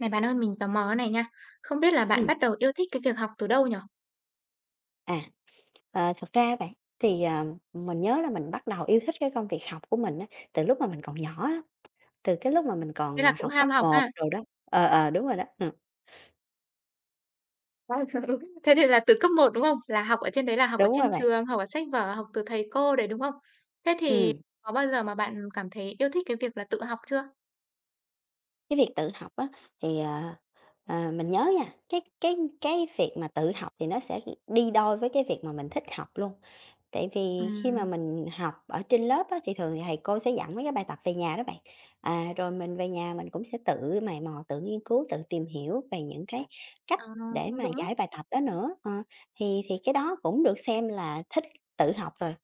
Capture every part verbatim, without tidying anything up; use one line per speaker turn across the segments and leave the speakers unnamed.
Này bạn ơi, mình tò mò này nha, không biết là bạn
Ừm,
bắt đầu yêu thích cái việc học từ đâu nhở?
à, ờ, Thật ra á bạn, thì, ờ, mình nhớ là mình bắt đầu yêu thích cái công việc học của mình á, từ lúc mà mình còn nhỏ á, từ cái lúc mà mình
Thế
còn,
là
à,
cũng
học cấp
ham học
một
ha?
rồi đó. Ờ, ờ, đúng rồi đó. Ừm.
Vâng, Ừ. Thế thì là từ cấp một đúng không? Là học ở trên đấy là học ở
Đúng rồi
trên
bạn.
trường, học ở sách vở, học từ thầy cô đấy, đúng không? Thế thì
Ừ.
có bao giờ mà bạn cảm thấy yêu thích cái việc là tự học chưa?
Cái việc tự học á, thì, ờ, ờ, mình nhớ nha. Cái cái cái việc mà tự học thì nó sẽ đi đôi với cái việc mà mình thích học luôn. Tại vì khi mà
Ừm,
mình học ở trên lớp á, thì thường thì thầy cô sẽ dặn mấy cái bài tập về nhà đó bạn. À, rồi mình về nhà mình cũng sẽ tự mày mò, tự nghiên cứu, tự tìm hiểu về những cái cách
ờ,
để
Cũng
mà
đúng.
giải bài tập đó nữa. Ờ, thì thì cái đó cũng được xem là thích tự học rồi.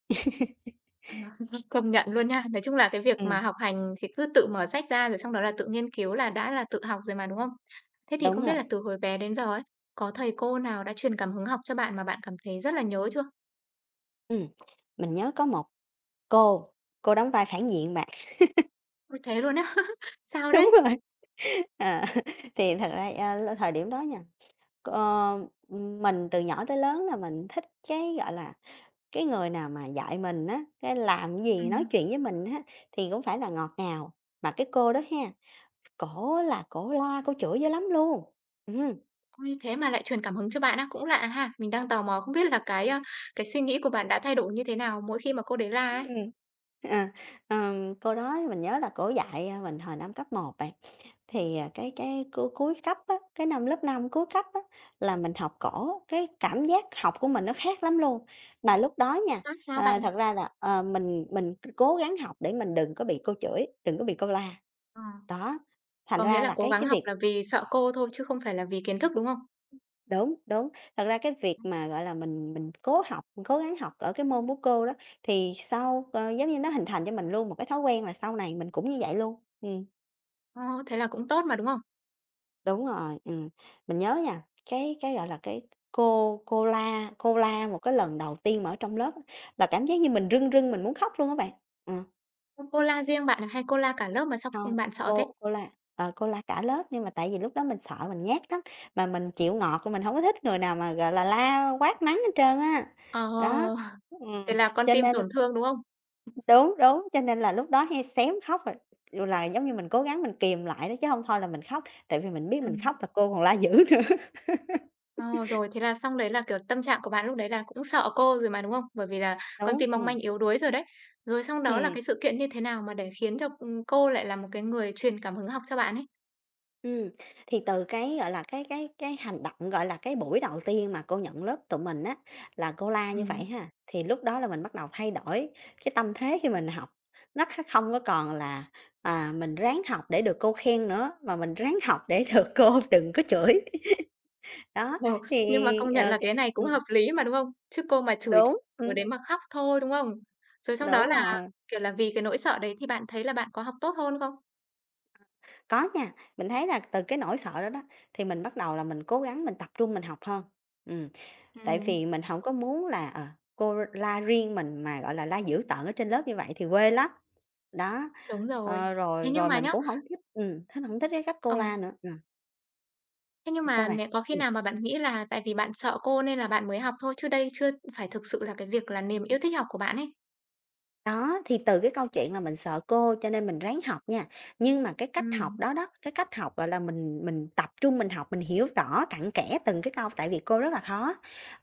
À, công nhận luôn nha. Nói chung là cái việc
Ừm.
mà học hành thì cứ tự mở sách ra rồi xong đó là tự nghiên cứu là đã là tự học rồi mà, đúng không? Thế thì
Đúng
không biết
rồi.
là từ hồi bé đến giờ ấy, có thầy cô nào đã truyền cảm hứng học cho bạn mà bạn cảm thấy rất là nhớ chưa?
Ừm. Mình nhớ có một cô, cô đóng vai phản diện bạn.
Ôi, thế luôn á? Sao
Đúng
đấy?
rồi. À, thì thật ra, a, l thời điểm đó nha, ờ, mình từ nhỏ tới lớn là mình thích cái, gọi là, cái người nào mà dạy mình á, cái làm gì, nói
Ừm,
chuyện với mình á, thì cũng phải là ngọt ngào. Mà cái cô đó ha, cổ là cổ la, cổ chửi dữ lắm luôn. Ừm.
Ôi, thế mà lại truyền cảm hứng cho bạn á, cũng lạ ha. Mình đang tò mò không biết là cái, a, cái suy nghĩ của bạn đã thay đổi như thế nào mỗi khi mà cô đấy la
Ừm.
ấy?
À, ờm, cô đó mình nhớ là cổ dạy, a, mình hồi năm cấp một bạn. Thì, à, cái cái cu Cuối cấp á, cái năm lớp năm cuối cấp á, là mình học cổ, cái cảm giác học của mình nó khác lắm luôn. Mà lúc đó nha,
Khác sao
ờ,
bạn?
thật ra là, ờ, mình mình cố gắng học để mình đừng có bị cô chửi, đừng có bị cô la,
Ờ,
đó. Thành
có nghĩa
ra
là
là
cố
cái
gắng
cái
học
việc
là vì sợ cô thôi chứ không phải là vì kiến thức, đúng không?
Đúng, đúng. Thật ra cái việc mà, gọi là, mình mình cố học, mình cố gắng học ở cái môn của cô đó, thì sau, ờ, giống như nó hình thành cho mình luôn một cái thói quen là sau này mình cũng như vậy luôn. Ừm.
Ờ, thế là cũng tốt mà, đúng không?
Đúng rồi. Ừm. Mình nhớ nha, cái cái, gọi là, cái cô cô la cô la một cái lần đầu tiên mà ở trong lớp á, là cảm giác như mình rưng rưng mình muốn khóc luôn á bạn. Ờ,
Ô, cô la riêng bạn à hay cô la cả lớp mà sao,
Hông,
bạn sợ thế?
cô cô la ờ, cô la cả lớp, nhưng mà tại vì lúc đó mình sợ, mình nhát lắm, mà mình chịu ngọt, mình không có thích người nào mà, gọi là, la quát mắng hết trơn á.
Ờ,
Đó.
thế
Ừm.
là con
cho
tim
nên
tổn thương, đúng không?
Đúng, đúng, cho nên là lúc đó hay xém khóc rồi, dù là giống như mình cố gắng mình kìm lại đó, chứ không thôi là mình khóc, tại vì mình biết mình
Ừm.
khóc là cô còn la dữ nữa.
Ờ, rồi thế là xong đấy là, kiểu, tâm trạng của bạn lúc đấy là cũng sợ cô rồi mà, đúng không? Bởi vì là con
Đúng.
tim mong
Ừm.
manh yếu đuối rồi đấy. Rồi xong đó là
Ừm.
cái sự kiện như thế nào mà để khiến cho, ừm, cô lại là một cái người truyền cảm hứng học cho bạn ấy?
Ừm. Thì từ cái, gọi là, cái cái cái hành động, gọi là, cái buổi đầu tiên mà cô nhận lớp tụi mình á, là cô la như
Ừm.
vậy ha, thì lúc đó là mình bắt đầu thay đổi cái tâm thế khi mình học. Nó kh không có còn là à, mình ráng học để được cô khen nữa, mà mình ráng học để được cô đừng có chửi. Đó.
Ừ,
Thì,
nhưng mà công nhận
ờ,
là
cái
cái này cũng
Ừm.
hợp lý mà, đúng không? Chứ cô mà chửi thì
Đúng.
ngồi
Ừm.
đấy mà khóc thôi, đúng không? Rồi xong đó
Đúng
là,
rồi.
kiểu là, vì cái nỗi sợ đấy thì bạn thấy là bạn có học tốt hơn không?
Có nha, mình thấy là từ cái nỗi sợ đó đó, thì mình bắt đầu là mình cố gắng mình tập trung mình học hơn. Ừm, Tại
Ừm.
vì mình không có muốn là, ờ, cô la riêng mình mà, gọi là, la dữ tợn ở trên lớp như vậy thì quê lắm. Đó.
Đúng
ờ,
rồi. Thế
rồi
nhưng
rồi
mà
mình
nhá,
cũng không thích, ừm, thích hổng thích cái cách cô
ờ
la nữa. Ừm,
Thế nhưng
sao
mà
bạn?
nè có khi nào mà bạn nghĩ là tại vì bạn sợ cô nên là bạn mới học thôi, chứ đây chưa phải thực sự là cái việc là niềm yêu thích học của bạn ấy?
Đó, thì từ cái câu chuyện là mình sợ cô cho nên mình ráng học nha. Nhưng mà cái cách
Ừm,
học đó đó, cái cách học, gọi là, mình mình tập trung mình học, mình hiểu rõ cặn kẽ từng cái câu, tại vì cô rất là khó.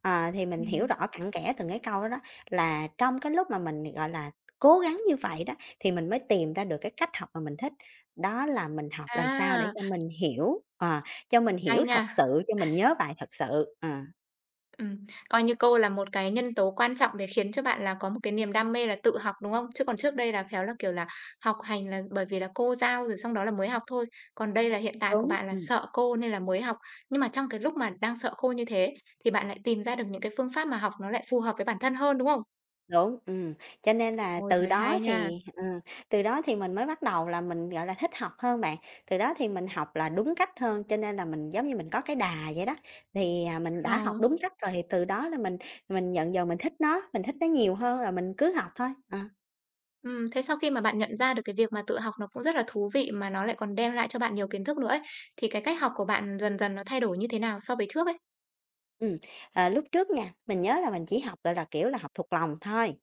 Ờ, thì mình hiểu
ừm.
rõ cặn kẽ từng cái câu đó đó, là trong cái lúc mà mình, gọi là, cố gắng như vậy đó, thì mình mới tìm ra được cái cách học mà mình thích. Đó là mình học làm sao để
À,
cho mình hiểu, ờ, cho mình hiểu
hay
thật
nha.
sự, cho mình nhớ bài thật sự. Ờ.
Ừm, Coi như cô là một cái nhân tố quan trọng để khiến cho bạn là có một cái niềm đam mê là tự học, đúng không? Chứ còn trước đây là khéo là, kiểu là, học hành là bởi vì là cô giao rồi xong đó là mới học thôi. Còn đây là hiện tại của
Đúng.
bạn là
Ừm.
sợ cô nên là mới học. Nhưng mà trong cái lúc mà đang sợ cô như thế thì bạn lại tìm ra được những cái phương pháp mà học nó lại phù hợp với bản thân hơn, đúng không?
Đúng. Ừm, cho nên là
Ôi
từ
trời,
đó
hay
thì
nha.
ừ, từ đó thì mình mới bắt đầu là mình, gọi là, thích học hơn bạn, từ đó thì mình học là đúng cách hơn, cho nên là mình giống như mình có cái đà vậy đó. Thì, à, mình
Ờ.
đã học đúng cách rồi thì từ đó là mình mình nhận dần mình thích nó, mình thích nó nhiều hơn là mình cứ học thôi. Ờ,
Ừm, thế sau khi mà bạn nhận ra được cái việc mà tự học nó cũng rất là thú vị mà nó lại còn đem lại cho bạn nhiều kiến thức nữa ấy, thì cái cách học của bạn dần dần nó thay đổi như thế nào so với trước ấy?
ừm, ờ, Lúc trước nha, mình nhớ là mình chỉ học, gọi là, kiểu là, học thuộc lòng thôi.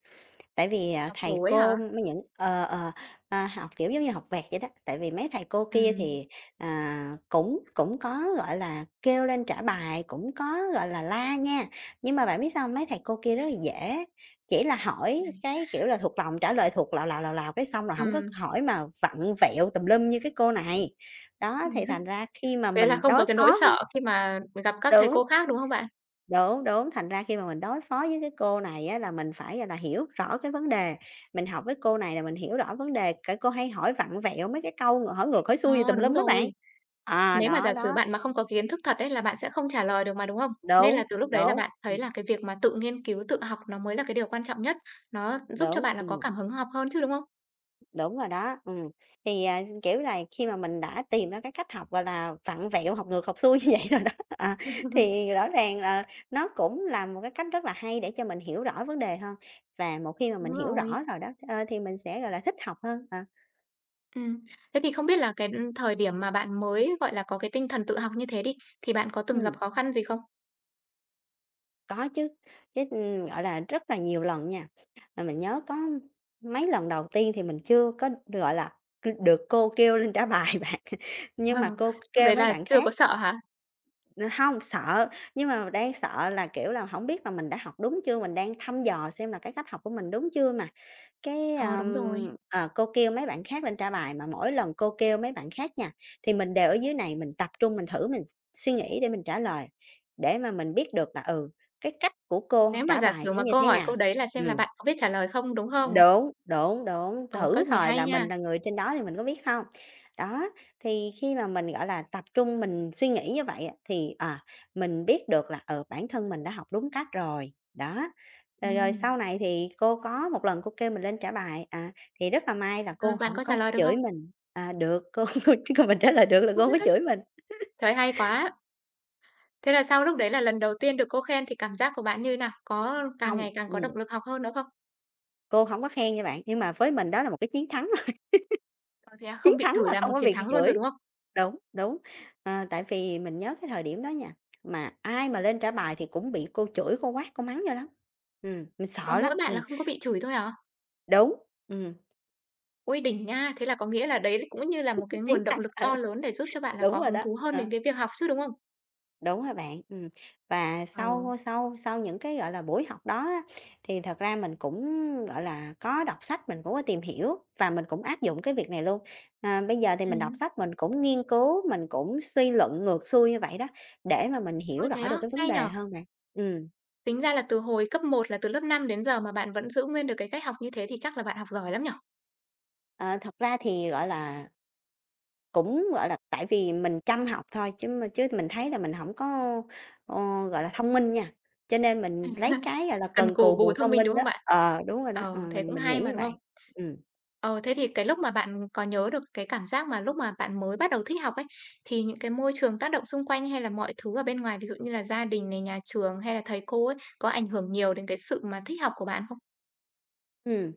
Tại vì à,
Học
thầy
bổ ấy hả?
cô mấy những ờ, ờ, à, học, kiểu, giống như học vẹt vậy đó, tại vì mấy thầy cô kia
Ừm,
thì, à, cũng cũng có, gọi là, kêu lên trả bài, cũng có, gọi là, la nha, nhưng mà bạn biết sao hông? Mấy thầy cô kia rất là dễ, chỉ là hỏi cái, kiểu là, thuộc lòng, trả lời thuộc lào lào, lào lào cái xong rồi không có
ừm.
hỏi mà vặn vẹo tùm lum như cái cô này. Đó. Thì thành ra khi mà
Thế là
mình
không
đối
có cái nỗi
phó với
sợ khi mà gặp các thầy
Đúng.
cô khác, đúng không bạn?
Đúng, đúng, thành ra khi mà mình đối phó với cái cô này á là mình phải, gọi là, hiểu rõ cái vấn đề, mình học với cô này là mình hiểu rõ vấn đề, cái cô hay hỏi vặn vẹo mấy cái câu ngỏ- hỏi ngược hỏi xuôi gì
Ờ,
tùm
đúng
lum á bạn.
rồi.
À.
Nếu mà
Đó,
giả sử
đó.
bạn mà không có kiến thức thật ấy là bạn sẽ không trả lời được mà, đúng không? Nên
Đúng,
là từ lúc đấy là
đúng,
bạn thấy là cái việc mà tự nghiên cứu, tự học nó mới là cái điều quan trọng nhất, nó giúp cho
đúng.
bạn là có
Ừm.
cảm hứng học hơn chứ, đúng không?
Đúng rồi đó. Ừm. Thì, à, kiểu là, khi mà mình đã tìm ra cái cách học, gọi là, vặn vẹo, học ngược học xuôi như vậy rồi đó, à, thì rõ ràng là nó cũng là một cái cách rất là hay để cho mình hiểu rõ vấn đề hơn. Và một khi mà
Đúng
mình hiểu rõ
rồi.
rồi đó, ờ, thì mình sẽ, gọi là, thích học hơn. Ờ.
Ừm, Thế thì không biết là cái, thời điểm mà bạn mới, gọi là, có cái tinh thần tự học như thế đi, thì bạn có từng
Ừm.
gặp khó khăn gì không?
Có chứ, chứ, gọi là, rất là nhiều lần nha. Mà mình nhớ có mấy lần đầu tiên thì mình chưa có, gọi là, được cô kêu lên trả bài bạn,
Ờ,
nhưng mà cô
lúc
kêu
đấy
mấy
là
bạn
chưa
khác.
có sợ hả?
Không. Sợ, nhưng mà đang sợ là, kiểu là, hổng biết là mình đã học đúng chưa, mình đang thăm dò xem là cái cách học của mình đúng chưa mà. Cái,
Ờ, đúng rồi.
ờm, ờ, cô kêu mấy bạn khác lên trả bài mà mỗi lần cô kêu mấy bạn khác nha, thì mình đều ở dưới này mình tập trung mình thử mình suy nghĩ để mình trả lời, để mà mình biết được là, ừ, cái cách của cô
Nếu mà
trả
giả
bài
sử
sẽ
mà
như
câu
thế
hỏi
nào.
câu đấy là xem là
Ừm.
bạn có biết trả lời không, đúng không?
Đúng, đúng, đúng,
Ờ,
thử
cách này
thời
hay
là mình
nha.
là người trên đó thì mình có biết hông? Đó, thì khi mà mình, gọi là, tập trung mình suy nghĩ như vậy á, thì, à, mình biết được là, ừ, bản thân mình đã học đúng cách rồi, đó. Rồi rồi
Ừm,
sau này thì cô có một lần cô kêu mình lên trả bài, à, thì rất là may là
Rồi
cô
bạn
hổng
có
có
trả lời được
chửi
không?
mình, à, được, cô cô chỉ cần mình trả lời "được" là cô hông có chửi mình.
Trời, hay quá! Thế là sau lúc đấy là lần đầu tiên được cô khen thì cảm giác của bạn như thế nào? Có càng
Hông.
ngày càng có
Ừm,
động lực học hơn nữa không?
cô hổng có khen nha bạn, nhưng mà với mình đó là một cái chiến thắng.
Có thế à,
Chiến
không bị
thắng
chửi
là
là
không
một
có
chiến
việc
thắng luôn rồi,
chửi.
đúng không?
Đúng, đúng, ờ, tại vì mình nhớ cái thời điểm đó nha, mà ai mà lên trả bài thì cũng bị cô chửi, cô quát, cô mắng dữ lắm. Ừm, mình
Có
sợ lắm.
mỗi bạn là
Ừm.
không có bị chửi thôi à?
Đúng. Ừm.
Ôi, đỉnh nha! Thế là có nghĩa là đấy cũng như là một cái
Chiến
nguồn động
thắng.
lực
Ừ.
to lớn để giúp cho bạn là
Đúng
có
rồi
hứng
đó.
thú hơn đến
Ờ.
cái việc học chứ, đúng không?
Đúng rồi bạn. Ừm. Và
Ờ.
sau sau sau những cái, gọi là, buổi học đó á, thì thật ra mình cũng, gọi là, có đọc sách, mình cũng có tìm hiểu và mình cũng áp dụng cái việc này luôn. À, bây giờ thì
Ừ.
mình đọc
Ừm,
sách mình cũng nghiên cứu, mình cũng suy luận ngược xuôi như vậy đó, để mà mình hiểu
ôi, thế
rõ được
á,
cái vấn
hay
đề
nhở?
hơn bạn. Ừ.
Tính ra là từ hồi cấp một là từ lớp năm đến giờ mà bạn vẫn giữ nguyên được cái cách học như thế thì chắc là bạn học giỏi lắm nhở?
ờ, thật ra thì, gọi là Cũng, gọi là, tại vì mình chăm học thôi, chứ mà chứ mình thấy là mình không có, ờ, gọi là, thông minh nha, cho nên mình lấy cái, gọi là,
Cần
cần cù
cù bù
bù
thông
thông
minh, đúng
minh đó.
không bạn?
Ờ, đúng rồi đó, ờ,
Ờ, thế
mình
cũng
mình
hay
nghĩ
mà,
như
đúng không?
vậy. Ừm,
Ờ, thế thì cái lúc mà bạn có nhớ được cái cảm giác mà lúc mà bạn mới bắt đầu thích học ấy, thì những cái môi trường tác động xung quanh hay là mọi thứ ở bên ngoài, ví dụ như là gia đình này, nhà trường hay là thầy cô ấy, có ảnh hưởng nhiều đến cái sự mà thích học của bạn không?
ừm,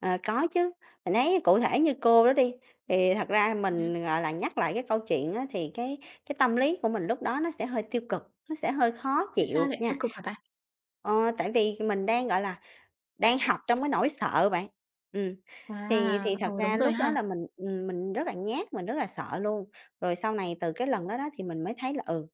ờ, có chứ, mình thấy cụ thể như cô đó đi, thì thật ra
Ừm.
mình, gọi là, nhắc lại cái câu chuyện á thì cái cái tâm lý của mình lúc đó nó sẽ hơi tiêu cực, nó sẽ hơi khó
Ôi, sao
chịu
lại
nha.
tiêu cực hả bạn?
Ờ, tại vì mình đang, gọi là, đang học trong cái nỗi sợ bạn. Ừm,
À,
thì thì thật
ừ, đúng
ra
rồi
lúc đó
ha.
là mình, ừm, mình rất là nhát, mình rất là sợ luôn. Rồi sau này từ cái lần đó đó thì mình mới thấy là, ừ,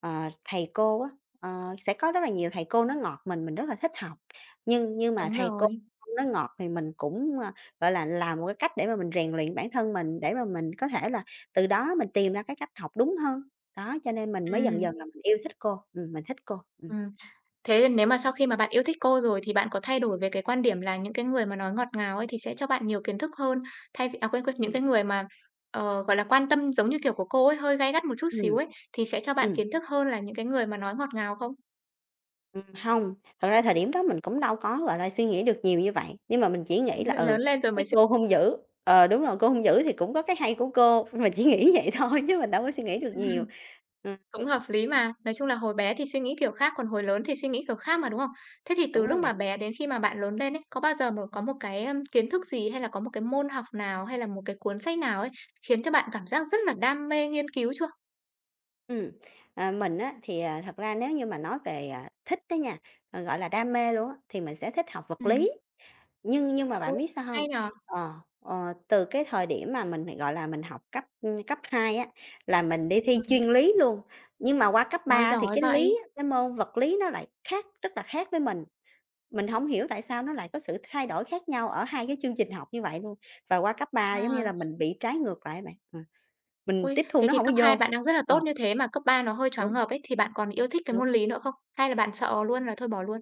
ờ, thầy cô á, ờ, sẽ có rất là nhiều thầy cô nó ngọt mình, mình rất là thích học. Nhưng nhưng mà
Đúng
thầy cô
rồi.
nó ngọt thì mình cũng, ơ, gọi là, làm một cái cách để mà mình rèn luyện bản thân mình, để mà mình có thể là từ đó mình tìm ra cái cách học đúng hơn. Đó, cho nên mình mới dần
Ừm,
dần là mình yêu thích cô, ừm, mình thích cô, ừm,
ừm. Thế nếu mà sau khi mà bạn yêu thích cô rồi thì bạn có thay đổi về cái quan điểm là những cái người mà nói ngọt ngào ấy thì sẽ cho bạn nhiều kiến thức hơn, thay vì à, quên, quên, những
ừm,
cái người mà, ờ, gọi là, quan tâm giống như kiểu của cô ấy, hơi gay gắt một chút xíu
ừm.
ấy, thì sẽ cho bạn
Ừm.
kiến thức hơn là những cái người mà nói ngọt ngào không?
Ừm, hông, thật ra thời điểm đó mình cũng đâu có, gọi là, suy nghĩ được nhiều như vậy, nhưng mà mình chỉ nghĩ là, ừ,
Lớn lên rồi
cái
mới suy
cô hung dữ ờ, đúng rồi, cô hung dữ thì cũng có cái hay của cô, mình chỉ nghĩ vậy thôi chứ mình đâu có suy nghĩ được
ừm,
nhiều. Ừm,
cũng hợp lý mà. Nói chung là hồi bé thì suy nghĩ kiểu khác, còn hồi lớn thì suy nghĩ kiểu khác mà, đúng không? Thế thì từ
đúng
lúc
rồi bạn.
mà bé đến khi mà bạn lớn lên ấy, có bao giờ mà có một cái, ưm, kiến thức gì hay là có một cái môn học nào hay là một cái cuốn sách nào ấy khiến cho bạn cảm giác rất là đam mê nghiên cứu chưa?
Ừm, à, mình á thì, à, thật ra nếu như mà nói về, à, thích đó nha, ờ, gọi là, đam mê luôn á, thì mình sẽ thích học vật
Ừm,
lý. Nhưng nhưng mà
Ôi,
bạn biết sao không?
hay nhỉ?
Ờ, ờ, từ cái thời điểm mà mình, gọi là, mình học cấp, cấp hai á, là mình đi thi
Ừm,
chuyên lý luôn, nhưng mà qua cấp
nói
ba thì
giỏi
cái lý
vậy.
á, cái môn vật lý nó lại khác rất là khác với mình. Mình không hiểu tại sao nó lại có sự thay đổi khác nhau ở hai cái chương trình học như vậy luôn, và qua cấp ba giống như là
À,
mình bị trái ngược lại bạn, ờ, mình
ôi,
tiếp thu
thế
nó
thì
không có
cấp hai
vô.
bạn đang rất là tốt
Ờ,
như thế mà cấp ba nó hơi choáng
đúng,
ngợp ấy, thì bạn còn yêu thích cái
đúng.
môn lý nữa không? Hay là bạn sợ luôn là thôi bỏ luôn?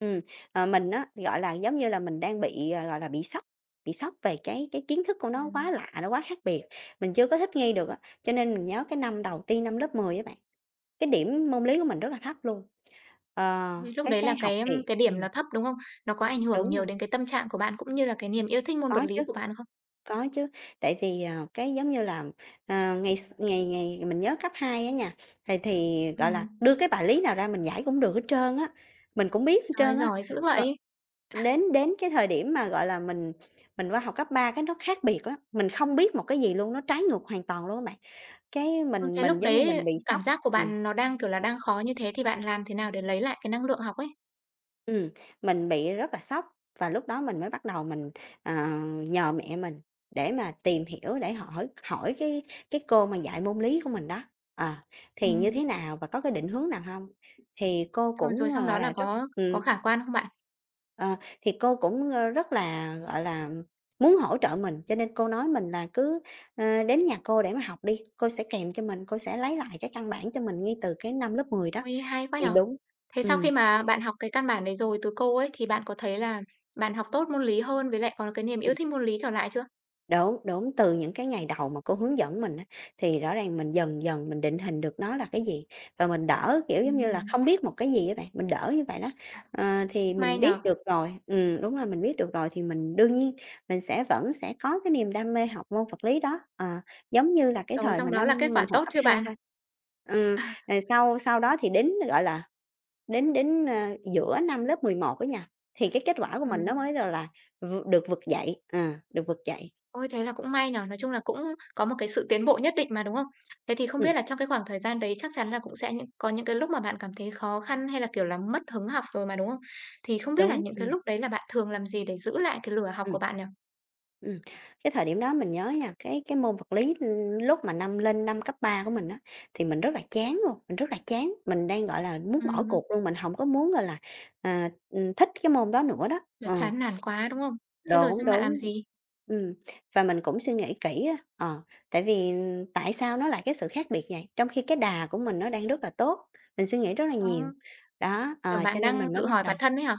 Ừm, ờ, mình á, gọi là, giống như là, mình đang bị, ờ, gọi là, bị sốc, bị sốc về cái cái kiến thức của nó quá
Ừm,
lạ, nó quá khác biệt, mình chưa có thích nghi được á. Cho nên mình nhớ cái năm đầu tiên, năm lớp mười á bạn, cái điểm môn lý của mình rất là thấp luôn. Ờ,
Vì lúc
cái
đấy
cái
là
học
cái,
kỳ
cái điểm
ừm,
nó thấp, đúng không? Nó có ảnh hưởng
đúng rồi,
nhiều đến cái tâm trạng của bạn cũng như là cái niềm yêu thích môn vật
có
lý
chứ,
của bạn không?
có chứ. Tại vì, ờ, cái, giống như là, ờ, ngày x ngày ngày mình nhớ cấp hai á nha, thì thì, gọi là,
Ừm,
đưa cái bài lý nào ra mình giải cũng được hết trơn á, mình cũng biết hết
Trời,
trơn á.
giỏi dữ
Ờ,
vậy!
Đến đến cái thời điểm mà, gọi là, mình mình qua học cấp ba cái nó khác biệt lắm, mình không biết một cái gì luôn, nó trái ngược hoàn toàn luôn á bạn. Cái
Ừm,
mình
thế
mình,
lúc
giống như, mình
đấy
bị sốc
cảm giác của
ừm,
bạn nó đang, kiểu là, đang khó như thế thì bạn làm thế nào để lấy lại cái năng lượng học ấy?
ừm, mình bị rất là sốc và lúc đó mình mới bắt đầu mình, ờ, nhờ mẹ mình để mà tìm hiểu, để hỏi hỏi cái cái cô mà dạy môn lý của mình đó, ờ, thì như
Ừm,
thế nào và có cái định hướng nào hông? Thì cô
ờ, Rồi
cũng, ờ,
xong
gọi
đó
là,
là
rất
có có
ừm.
khả quan không bạn?
Ờ, thì cô cũng, ơ, rất là, gọi là, muốn hỗ trợ mình, cho nên cô nói mình là cứ, ơ, "Đến nhà cô để mà học đi, cô sẽ kèm cho mình, cô sẽ lấy lại cái căn bản cho mình ngay từ cái năm lớp mười đó."
Ôi, hay quá
Thì
nhỉ!
đúng.
Thế sau
Ừ.
khi mà bạn học cái căn bản đấy rồi từ cô ấy, thì bạn có thấy là bạn học tốt môn lý hơn với lại còn cái niềm yêu thích môn lý trở lại chưa?
Đúng, đúng, từ những cái ngày đầu mà cô hướng dẫn mình á, thì rõ ràng mình dần dần mình định hình được nó là cái gì, và mình đỡ, kiểu, giống như là,
Ừm.
không biết một cái gì á bạn, mình đỡ như vậy đó. Ờ, thì
May
mình
nhỉ?
biết được rồi ừm, đúng rồi, mình biết được rồi thì mình đương nhiên mình sẽ vẫn sẽ có cái niềm đam mê học môn vật lý đó, ờ, giống như là cái
Rồi
thời mà
xong đó
năm
là kết
mình
quả
học
tốt
cấp
chưa
hai
bạn?
thôi. Ừm, rồi sau sau đó thì đến, gọi là, đến đến, ơ, giữa năm lớp mười một á nha, thì cái kết quả của mình nó
Ừm.
mới, gọi là, v được vực dậy, ờ, được vực dậy.
Ôi, thế là cũng may nhỉ, nói chung là cũng có một cái sự tiến bộ nhất định mà, đúng không? Thế thì không
Ừm,
biết là trong cái khoảng thời gian đấy chắc chắn là cũng sẽ những có những cái lúc mà bạn cảm thấy khó khăn hay là, kiểu là, mất hứng học rồi mà, đúng không? Thì không biết là
đúng,
những cái
ừm,
lúc đấy là bạn thường làm gì để giữ lại cái lửa học của
ừm.
bạn nhỉ?
Ừm, cái thời điểm đó mình nhớ nha, cái cái môn vật lý, ưm, lúc mà năm lên năm cấp ba của mình á, thì mình rất là chán luôn, mình rất là chán, mình đang, gọi là, muốn bỏ
Ừm.
cuộc luôn, mình hổng có muốn, gọi là, à, ừm, thích cái môn đó nữa đó.
Là
Ờ,
chán nản quá, đúng không? Thế rồi
đúng,
xong bạn làm
đúng.
gì?
Ừm, và mình cũng suy nghĩ kỹ á, ờ, tại vì tại sao nó lại cái sự khác biệt vậy, trong khi cái đà của mình nó đang rất là tốt, mình suy nghĩ rất là
Ờ.
nhiều. Đó,
Kiểu,
ờ, cho
bạn
nên
đang
mình mới
tự
bắt
hỏi
đầu.
bản thân ấy hả?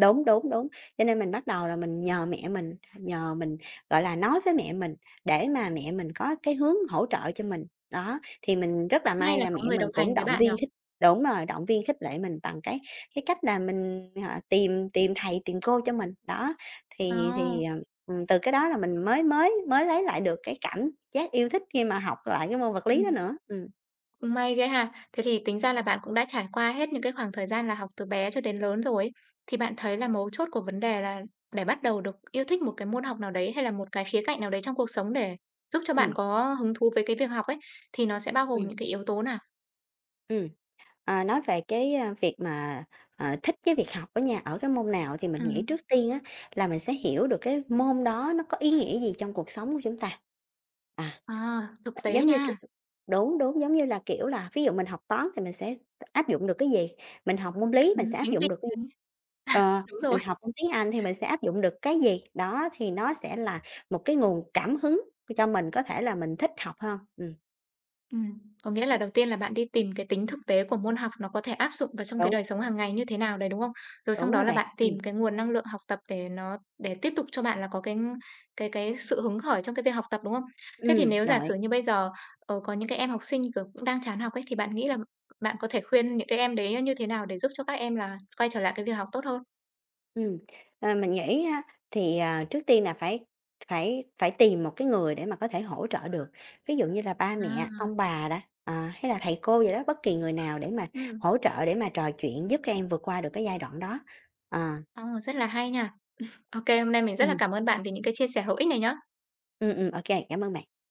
Đúng, đúng, đúng. Cho nên mình bắt đầu là mình nhờ mẹ mình, nhờ mình, gọi là, nói với mẹ mình để mà mẹ mình có cái hướng hỗ trợ cho mình. Đó, thì mình rất là
May
may
là
là
có
mẹ
người
mình
đồng
cũng
hành với
động
bạn nhỉ?
viên khích đúng rồi, động viên khích lệ mình bằng cái cái cách là mình, à, tìm tìm thầy, tìm cô cho mình. Đó,
Ờ,
thì thì, ờ, ừm, từ cái đó là mình mới mới mới lấy lại được cái cảm giác yêu thích khi mà học lại cái môn vật lý đó
ừm,
nữa. Ừm,
Cũng may ghê ha. Thế thì tính ra là bạn cũng đã trải qua hết những cái khoảng thời gian là học từ bé cho đến lớn rồi ấy. Thì bạn thấy là mấu chốt của vấn đề là để bắt đầu được yêu thích một cái môn học nào đấy, hay là một cái khía cạnh nào đấy trong cuộc sống để giúp cho bạn
ừm,
có hứng thú với cái việc học ấy, thì nó sẽ bao gồm
ừm,
những cái yếu tố nào?
ừm. Ờ, nói về cái, a, việc mà, ờ, thích cái việc học ở nhà ở cái môn nào thì mình nghĩ
Ừm,
trước tiên á là mình sẽ hiểu được cái môn đó nó có ý nghĩa gì trong cuộc sống của chúng ta.
à,
Ờ,
Thực tế
giống như, kiểu
nha,
đúng, đúng, giống như là, kiểu là, ví dụ mình học toán thì mình sẽ áp dụng được cái gì? Mình học môn lý
ừm,
mình sẽ áp
tính
dụng
tình
được cái gì?
này,
Ờ,
đúng rồi.
mình học môn tiếng Anh thì mình sẽ áp dụng được cái gì? Đó, thì nó sẽ là một cái nguồn cảm hứng cho mình có thể là mình thích học hơn. Ừm,
Ừm, có nghĩa là đầu tiên là bạn đi tìm cái tính thực tế của môn học nó có thể áp dụng vào trong cái
đúng,
đời sống hàng ngày như thế nào đấy, đúng không? Rồi sau
đúng
đó
rồi
là
bạn.
bạn tìm
Ừ,
cái nguồn năng lượng học tập để nó để tiếp tục cho bạn là có cái cái cái sự hứng khởi trong cái việc học tập, đúng không? Thế thì
ừ,
nếu
đồng
giả
ý.
sử như bây giờ, ờ, có những cái em học sinh, kiểu, cũng đang chán học ấy, thì bạn nghĩ là bạn có thể khuyên những cái em đấy như thế nào để giúp cho các em là quay trở lại cái việc học tốt hơn?
Ừm, ờ, mình nghĩ á thì, à, trước tiên là phải phải phải tìm một cái người để mà có thể hỗ trợ được, ví dụ như là ba mẹ,
À.
ông bà đó, ờ, hay là thầy cô vậy đó, bất kỳ người nào để mà
Ừm,
hỗ trợ để mà trò chuyện giúp các em vượt qua được cái giai đoạn đó. Ờ,
Ồ, rất là hay nha. OK hôm nay mình rất là
ừm,
cảm ơn bạn vì những cái chia sẻ hữu ích này nhá.
ừm, ừm, ô cảm ơn bạn.